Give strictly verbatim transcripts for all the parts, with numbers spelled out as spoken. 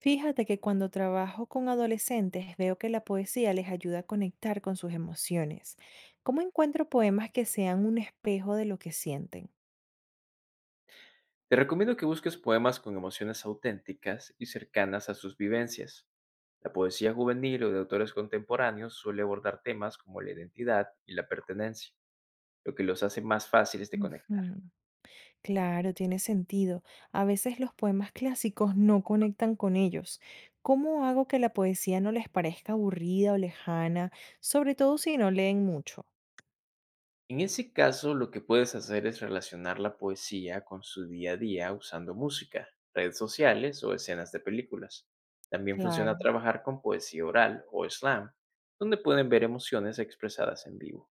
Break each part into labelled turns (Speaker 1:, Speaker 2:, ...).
Speaker 1: Fíjate que cuando trabajo con adolescentes veo que la poesía les ayuda a conectar con sus emociones. ¿Cómo encuentro poemas que sean un espejo de lo que sienten?
Speaker 2: Te recomiendo que busques poemas con emociones auténticas y cercanas a sus vivencias. La poesía juvenil o de autores contemporáneos suele abordar temas como la identidad y la pertenencia, lo que los hace más fáciles de conectar.
Speaker 1: Ujú, claro, tiene sentido. A veces los poemas clásicos no conectan con ellos. ¿Cómo hago que la poesía no les parezca aburrida o lejana, sobre todo si no leen mucho?
Speaker 2: En ese caso, lo que puedes hacer es relacionar la poesía con su día a día usando música, redes sociales o escenas de películas. También funciona
Speaker 1: Claro.
Speaker 2: trabajar con poesía oral o slam, donde pueden ver emociones expresadas en vivo.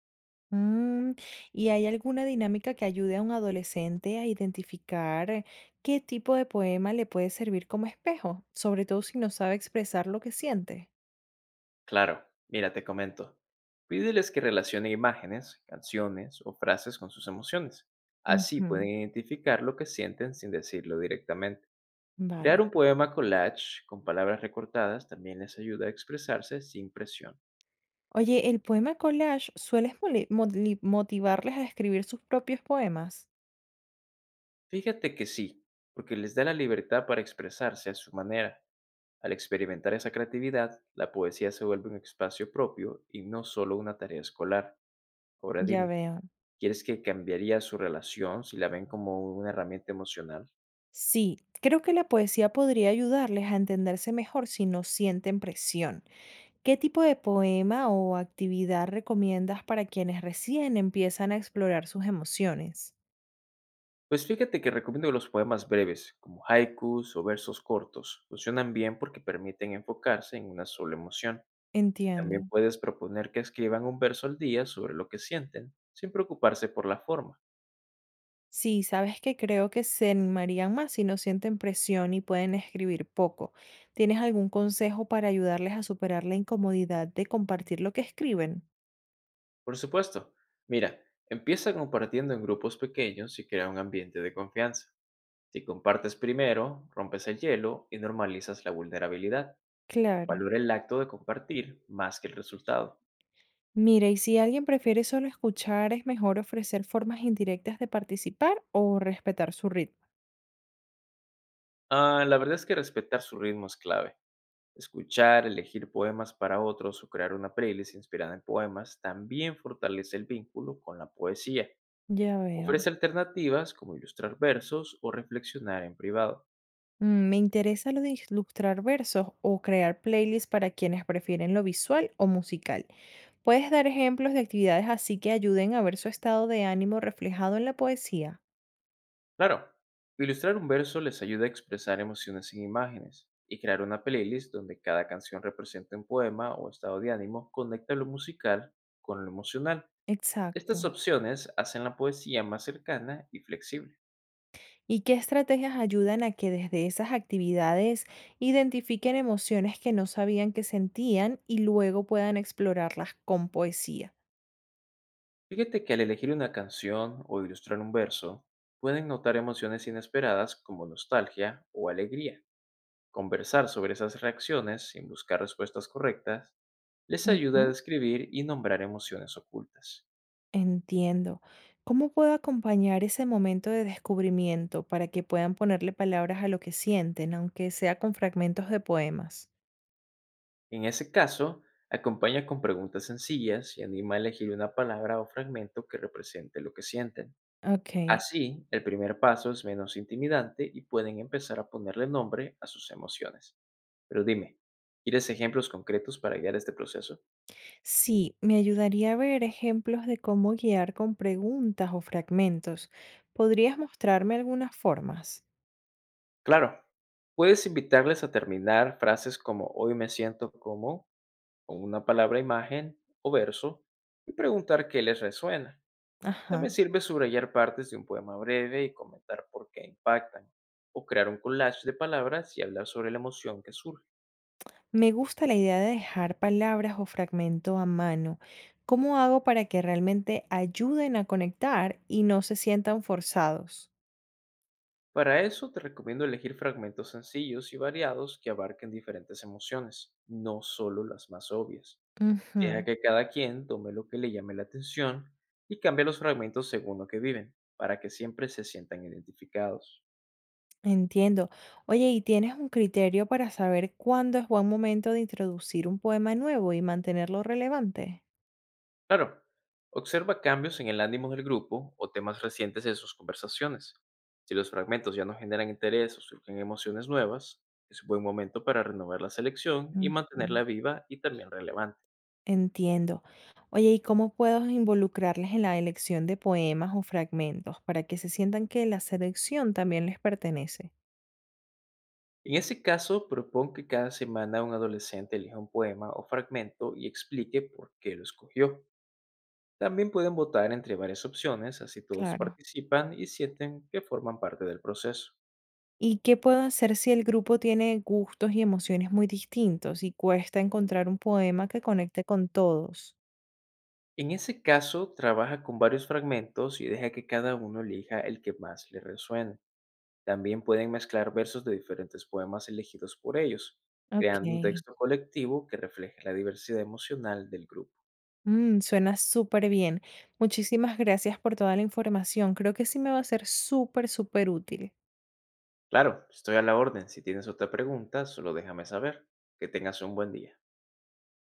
Speaker 1: Mm, ¿Y hay alguna dinámica que ayude a un adolescente a identificar eh, qué tipo de poema le puede servir como espejo, sobre todo si no sabe expresar lo que siente?
Speaker 2: Claro, mira, te comento. Pídeles que relacionen imágenes, canciones o frases con sus emociones. Así
Speaker 1: Ujú,
Speaker 2: pueden identificar lo que sienten sin decirlo directamente.
Speaker 1: vale.
Speaker 2: Crear un poema collage con palabras recortadas también les ayuda a expresarse sin presión.
Speaker 1: Oye, ¿el poema collage suele mole- moli- motivarles a escribir sus propios poemas?
Speaker 2: Fíjate que sí, porque les da la libertad para expresarse a su manera. Al experimentar esa creatividad, la poesía se vuelve un espacio propio y no solo una tarea escolar. Ahora
Speaker 1: Ya
Speaker 2: dime,
Speaker 1: veo.
Speaker 2: ¿quieres que cambiaría su relación si la ven como una herramienta emocional?
Speaker 1: Sí, creo que la poesía podría ayudarles a entenderse mejor si no sienten presión. ¿Qué tipo de poema o actividad recomiendas para quienes recién empiezan a explorar sus emociones?
Speaker 2: Pues fíjate que recomiendo los poemas breves, como haikus o versos cortos. Funcionan bien porque permiten enfocarse en una sola emoción. También
Speaker 1: Entiendo.
Speaker 2: puedes proponer que escriban un verso al día sobre lo que sienten, sin preocuparse por la forma.
Speaker 1: Sí, sabes que creo que se animarían más si no sienten presión y pueden escribir poco. ¿Tienes algún consejo para ayudarles a superar la incomodidad de compartir lo que escriben?
Speaker 2: Por supuesto, mira, empieza compartiendo en grupos pequeños y crea un ambiente de confianza. Si compartes primero, rompes el hielo y normalizas la vulnerabilidad.
Speaker 1: Claro.
Speaker 2: Valora el acto de compartir más que el resultado.
Speaker 1: Mira, y si alguien prefiere solo escuchar, es mejor ofrecer formas indirectas de participar o respetar su ritmo.
Speaker 2: Ah, la verdad es que respetar su ritmo es clave. Escuchar, elegir poemas para otros o crear una playlist inspirada en poemas también fortalece el vínculo con la poesía.
Speaker 1: Ya veo.
Speaker 2: Ofrece alternativas como ilustrar versos o reflexionar en privado.
Speaker 1: Mm, Me interesa lo de ilustrar versos o crear playlists para quienes prefieren lo visual o musical. ¿Puedes dar ejemplos de actividades así que ayuden a ver su estado de ánimo reflejado en la poesía?
Speaker 2: Claro, ilustrar un verso les ayuda a expresar emociones sin imágenes y crear una playlist donde cada canción represente un poema o estado de ánimo conecta lo musical con lo emocional. Estas
Speaker 1: Exacto.
Speaker 2: opciones hacen la poesía más cercana y flexible.
Speaker 1: ¿Y qué estrategias ayudan a que desde esas actividades identifiquen emociones que no sabían que sentían y luego puedan explorarlas con poesía?
Speaker 2: Fíjate que al elegir una canción o ilustrar un verso, pueden notar emociones inesperadas como nostalgia o alegría. Conversar sobre esas reacciones sin buscar respuestas correctas les ayuda a describir y nombrar emociones ocultas.
Speaker 1: Entiendo. ¿Cómo puedo acompañar ese momento de descubrimiento para que puedan ponerle palabras a lo que sienten, aunque sea con fragmentos de poemas?
Speaker 2: En ese caso, acompaña con preguntas sencillas y anima a elegir una palabra o fragmento que represente lo que sienten.
Speaker 1: Ok.
Speaker 2: Así, el primer paso es menos intimidante y pueden empezar a ponerle nombre a sus emociones. Pero dime, ¿quieres ejemplos concretos para guiar este proceso?
Speaker 1: Sí, me ayudaría a ver ejemplos de cómo guiar con preguntas o fragmentos. ¿Podrías mostrarme algunas formas?
Speaker 2: Claro, puedes invitarles a terminar frases como hoy me siento como, con una palabra imagen o verso, y preguntar qué les resuena. También
Speaker 1: Ajá.
Speaker 2: sirve subrayar partes de un poema breve y comentar por qué impactan, o crear un collage de palabras y hablar sobre la emoción que surge.
Speaker 1: Me gusta la idea de dejar palabras o fragmento a mano. ¿Cómo hago para que realmente ayuden a conectar y no se sientan forzados?
Speaker 2: Para eso te recomiendo elegir fragmentos sencillos y variados que abarquen diferentes emociones, no solo las más obvias. Deja
Speaker 1: Ujú.
Speaker 2: que cada quien tome lo que le llame la atención y cambia los fragmentos según lo que viven, para que siempre se sientan identificados.
Speaker 1: Entiendo. Oye, ¿y tienes un criterio para saber cuándo es buen momento de introducir un poema nuevo y mantenerlo relevante?
Speaker 2: Claro, observa cambios en el ánimo del grupo o temas recientes de sus conversaciones. Si los fragmentos ya no generan interés o surgen emociones nuevas, es un buen momento para renovar la selección y
Speaker 1: Ujú.
Speaker 2: mantenerla viva y también relevante.
Speaker 1: Entiendo. Oye, ¿y cómo puedo involucrarles en la elección de poemas o fragmentos para que se sientan que la selección también les pertenece?
Speaker 2: En ese caso, propon que cada semana un adolescente elija un poema o fragmento y explique por qué lo escogió. También pueden votar entre varias opciones, así todos
Speaker 1: Claro.
Speaker 2: participan y sienten que forman parte del proceso.
Speaker 1: ¿Y qué puedo hacer si el grupo tiene gustos y emociones muy distintos y cuesta encontrar un poema que conecte con todos?
Speaker 2: En ese caso, trabaja con varios fragmentos y deja que cada uno elija el que más le resuene. También pueden mezclar versos de diferentes poemas elegidos por ellos,
Speaker 1: Ok.
Speaker 2: creando un texto colectivo que refleje la diversidad emocional del grupo.
Speaker 1: Mm, suena súper bien. Muchísimas gracias por toda la información. Creo que sí me va a ser súper, súper útil.
Speaker 2: Claro, estoy a la orden. Si tienes otra pregunta, solo déjame saber. Que tengas un buen día.